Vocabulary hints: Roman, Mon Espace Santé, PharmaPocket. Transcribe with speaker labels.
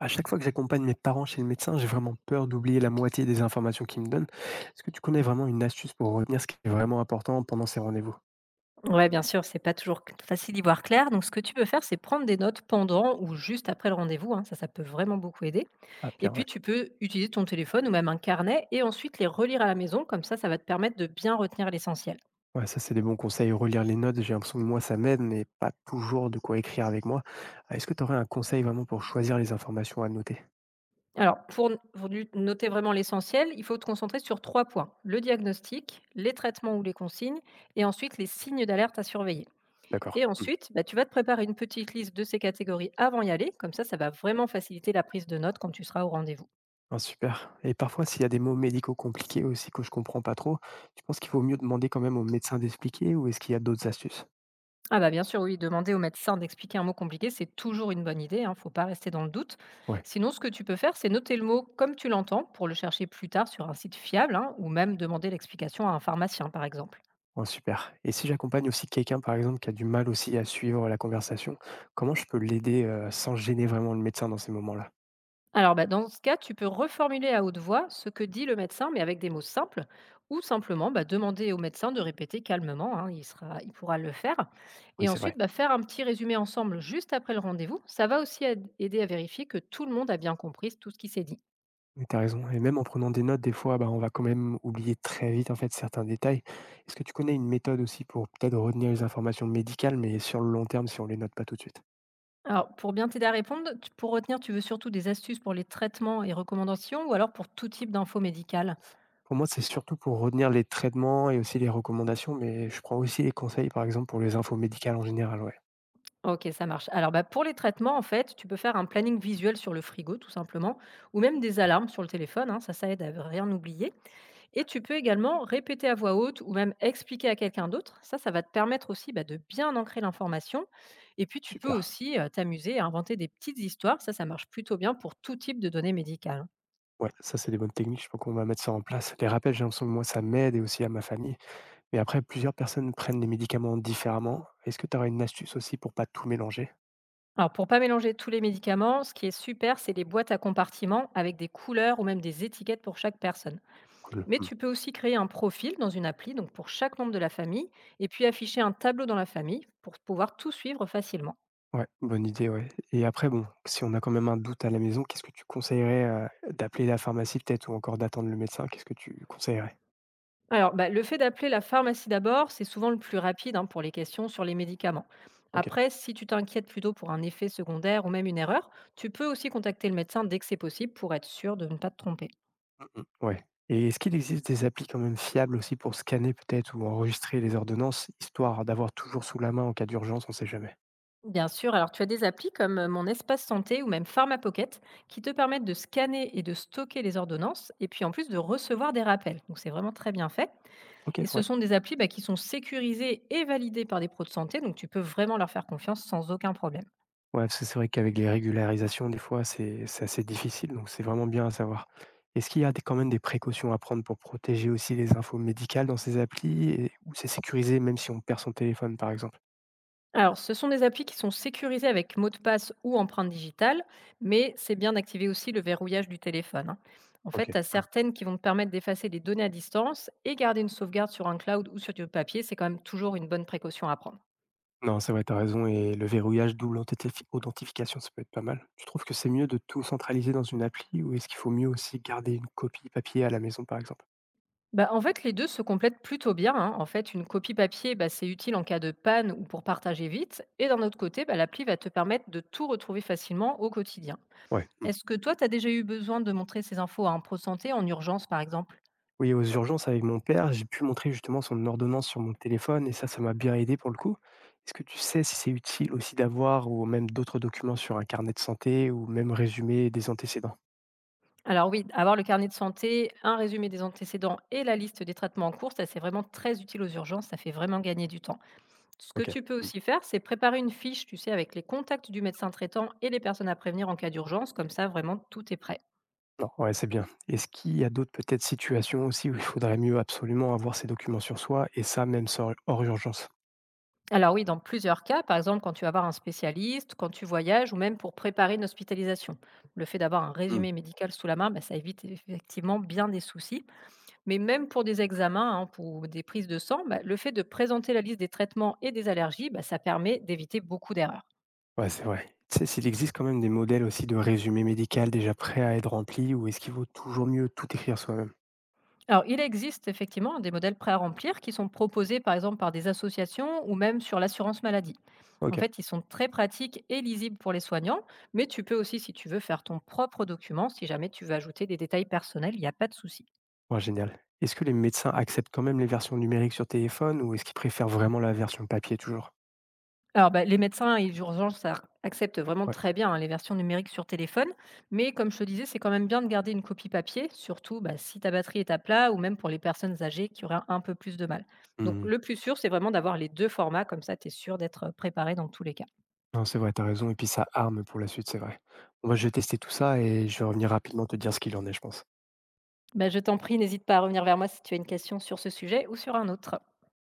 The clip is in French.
Speaker 1: À chaque fois que j'accompagne mes parents chez le médecin, j'ai vraiment peur d'oublier la moitié des informations qu'ils me donnent. Est-ce que tu connais vraiment une astuce pour retenir ce qui est vraiment important pendant ces rendez-vous?
Speaker 2: Ouais, bien sûr, c'est pas toujours c facile d'y voir clair. Donc, ce que tu peux faire, c'est prendre des notes pendant ou juste après le rendez-vous, hein. Ça peut vraiment beaucoup aider.
Speaker 1: Ah,
Speaker 2: Et
Speaker 1: pire,
Speaker 2: puis,
Speaker 1: ouais.
Speaker 2: tu peux utiliser ton téléphone ou même un carnet et ensuite les relire à la maison. Comme ça va te permettre de bien retenir l'essentiel.
Speaker 1: Ouais, ça, c'est des bons conseils. Relire les notes, j'ai l'impression que moi, ça m'aide, mais pas toujours de quoi écrire avec moi. Ah, est-ce que tu aurais un conseil vraiment pour choisir les informations à noter?
Speaker 2: Alors, pour n pour du noter vraiment l'essentiel, il faut te concentrer sur 3 points: le diagnostic, les traitements ou les consignes et ensuite les signes d'alerte à surveiller.
Speaker 1: D'accord.
Speaker 2: Et
Speaker 1: Hmm.
Speaker 2: ensuite, bah, tu vas te préparer une petite liste de ces catégories avant d'y aller. Comme ça va vraiment faciliter la prise de notes quand tu seras au rendez-vous.
Speaker 1: Ah, super. Et parfois, s'il y a des mots médicaux compliqués aussi que je comprends pas trop, tu penses qu'il vaut mieux demander quand même au médecin d'expliquer ou est-ce qu'il y a d'autres astuces?
Speaker 2: Ah bah, bien sûr, oui, demander au médecin d'expliquer un mot compliqué, c'est toujours une bonne idée, hein, faut pas rester dans le doute.
Speaker 1: Ouais.
Speaker 2: Sinon, ce que tu peux faire, c'est noter le mot comme tu l'entends pour le chercher plus tard sur un site fiable hein, ou même demander l'explication à un pharmacien, par exemple.
Speaker 1: Oh super, et si j'accompagne aussi quelqu'un, par exemple, qui a du mal aussi à suivre la conversation, comment je peux l'aider, sans gêner vraiment le médecin dans ces moments-là?
Speaker 2: Alors, bah, dans ce cas, tu peux reformuler à haute voix ce que dit le médecin, mais avec des mots simples, ou simplement bah, demander au médecin de répéter calmement, hein, il pourra le faire.
Speaker 1: Oui,
Speaker 2: Et
Speaker 1: c'est
Speaker 2: ensuite,
Speaker 1: vrai.
Speaker 2: bah, faire un petit résumé ensemble juste après le rendez-vous, ça va aussi aider à vérifier que tout le monde a bien compris tout ce qui s'est dit.
Speaker 1: Mais tu raison, et même en prenant des notes, des fois, bah, on va quand même oublier très vite, en fait, certains détails. Est-ce que tu connais une méthode aussi pour peut-être retenir les informations médicales, mais sur le long terme, si on les note pas tout de suite?
Speaker 2: Alors, pour bien t'aider à répondre, pour retenir, tu veux surtout des astuces pour les traitements et recommandations ou alors pour tout type d'infos médicales?
Speaker 1: Pour moi, c'est surtout pour retenir les traitements et aussi les recommandations, mais je prends aussi les conseils, par exemple, pour les infos médicales en général, ouais.
Speaker 2: Ok, ça marche. Alors, bah, pour les traitements, en fait, tu peux faire un planning visuel sur le frigo, tout simplement, ou même des alarmes sur le téléphone, hein, ça aide à rien oublier. Et tu peux également répéter à voix haute ou même expliquer à quelqu'un d'autre. Ça va te permettre aussi bah, de bien ancrer l'information. Et puis, tu peux
Speaker 1: Super.
Speaker 2: aussi t'amuser à inventer des petites histoires. Ça marche plutôt bien pour tout type de données médicales, hein.
Speaker 1: Ouais, ça, c'est des bonnes techniques, je pense qu'on va mettre ça en place. Les rappels, j'ai l'impression que moi, ça m'aide et aussi à ma famille. Mais après, plusieurs personnes prennent les médicaments différemment. Est-ce que tu aurais une astuce aussi pour pas tout mélanger?
Speaker 2: Alors, pour pas mélanger tous les médicaments, ce qui est super, c'est les boîtes à compartiments avec des couleurs ou même des étiquettes pour chaque personne.
Speaker 1: Cool.
Speaker 2: Mais
Speaker 1: Hmm.
Speaker 2: tu peux aussi créer un profil dans une appli, donc pour chaque membre de la famille, et puis afficher un tableau dans la famille pour pouvoir tout suivre facilement.
Speaker 1: Ouais, bonne idée, ouais. Et après, bon, si on a quand même un doute à la maison, qu'est-ce que tu conseillerais, d'appeler la pharmacie peut-être ou encore d'attendre le médecin? Qu'est-ce que tu conseillerais?
Speaker 2: Alors, bah, le fait d'appeler la pharmacie d'abord, c'est souvent le plus rapide hein, pour les questions sur les médicaments.
Speaker 1: OK.
Speaker 2: Après, si tu t'inquiètes plutôt pour un effet secondaire ou même une erreur, tu peux aussi contacter le médecin dès que c'est possible pour être sûr de ne pas te tromper.
Speaker 1: Mmh mh, ouais. Et est-ce qu'il existe des applis quand même fiables aussi pour scanner peut-être ou enregistrer les ordonnances, histoire d'avoir toujours sous la main en cas d'urgence, on sait jamais?
Speaker 2: Bien sûr, alors tu as des applis comme Mon Espace Santé ou même PharmaPocket qui te permettent de scanner et de stocker les ordonnances et puis en plus de recevoir des rappels. Donc c'est vraiment très bien fait.
Speaker 1: OK,
Speaker 2: Et ce
Speaker 1: ouais.
Speaker 2: sont des applis bah, qui sont sécurisées et validées par des pros de santé, donc tu peux vraiment leur faire confiance sans aucun problème.
Speaker 1: Ouais, parce que c'est vrai qu'avec les régularisations, des fois, c'est assez difficile, donc c'est vraiment bien à savoir. Est-ce qu'il y a quand même des précautions à prendre pour protéger aussi les infos médicales dans ces applis ou c'est sécurisé même si on perd son téléphone, par exemple?
Speaker 2: Alors ce sont des applis qui sont sécurisées avec mot de passe ou empreinte digitale, mais c'est bien d'activer aussi le verrouillage du téléphone, hein. En fait,
Speaker 1: Ok.
Speaker 2: tu as
Speaker 1: Hmm.
Speaker 2: certaines qui vont te permettre d'effacer les données à distance et garder une sauvegarde sur un cloud ou sur du papier, c'est quand même toujours une bonne précaution à prendre.
Speaker 1: Non, c'est vrai, t'as raison. Et le verrouillage double authentification, ça peut être pas mal. Tu trouves que c'est mieux de tout centraliser dans une appli ou est-ce qu'il faut mieux aussi garder une copie papier à la maison, par exemple?
Speaker 2: Bah, en fait, les 2 se complètent plutôt bien, hein. En fait, une copie papier, bah, c'est utile en cas de panne ou pour partager vite. Et d'un autre côté, bah, l'appli va te permettre de tout retrouver facilement au quotidien.
Speaker 1: Ouais.
Speaker 2: Est-ce que toi, tu as déjà eu besoin de montrer ces infos à un pro santé en urgence, par exemple?
Speaker 1: Oui, aux urgences avec mon père, j'ai pu montrer justement son ordonnance sur mon téléphone et ça m'a bien aidé pour le coup. Est-ce que tu sais si c'est utile aussi d'avoir ou même d'autres documents sur un carnet de santé ou même résumé des antécédents?
Speaker 2: Alors oui, avoir le carnet de santé, un résumé des antécédents et la liste des traitements en cours, ça c'est vraiment très utile aux urgences, ça fait vraiment gagner du temps. Ce que
Speaker 1: Ok.
Speaker 2: tu peux
Speaker 1: Mm.
Speaker 2: aussi faire, c'est préparer une fiche, tu sais, avec les contacts du médecin traitant et les personnes à prévenir en cas d'urgence, comme ça vraiment tout est prêt.
Speaker 1: Non, ouais, c'est bien. Est-ce qu'il y a d'autres peut-être situations aussi où il faudrait mieux absolument avoir ces documents sur soi et ça même hors urgence?
Speaker 2: Alors oui, dans plusieurs cas, par exemple quand tu vas voir un spécialiste, quand tu voyages ou même pour préparer une hospitalisation. Le fait d'avoir un
Speaker 1: Hmm.
Speaker 2: résumé médical sous la main, bah, ça évite effectivement bien des soucis. Mais même pour des
Speaker 1: Ouais,
Speaker 2: examens, hein, pour des prises de sang, bah, le fait de présenter la liste des traitements et des allergies, bah, ça permet d'éviter beaucoup d'erreurs.
Speaker 1: Ouais, c'est vrai. Tu sais, s'il existe quand même des modèles aussi de résumé médical déjà prêt à être rempli ou est-ce qu'il vaut toujours mieux tout écrire soi-même?
Speaker 2: Alors, il existe effectivement des modèles prêts à remplir qui sont proposés par exemple par des associations ou même sur l'assurance maladie. En
Speaker 1: Ok.
Speaker 2: fait, ils sont très pratiques et lisibles pour les soignants, mais tu peux aussi, si tu veux, faire ton propre document. Si jamais tu veux ajouter des détails personnels, il n'y a pas de souci.
Speaker 1: Ouais, génial. Est-ce que les médecins acceptent quand même les versions numériques sur téléphone ou est-ce qu'ils préfèrent vraiment la version papier toujours?
Speaker 2: Alors, bah, les médecins et les urgences acceptent
Speaker 1: Ouais.
Speaker 2: vraiment
Speaker 1: Ouais.
Speaker 2: très bien hein, les versions numériques sur téléphone, mais comme je te disais, c'est quand même bien de garder une copie papier, surtout bah, si ta batterie est à plat ou même pour les personnes âgées qui auraient un peu plus de mal. Donc,
Speaker 1: Mmh.
Speaker 2: le plus sûr, c'est vraiment d'avoir les deux formats, comme ça, tu es sûr d'être préparé dans tous les cas.
Speaker 1: Non, c'est vrai, t'as raison, et puis ça arme pour la suite, c'est vrai. Bon, bah, je vais tester tout ça et je vais revenir rapidement te dire ce qu'il en est, je pense.
Speaker 2: Bah, je t'en prie, n'hésite pas à revenir vers moi si tu as une question sur ce sujet ou sur un autre.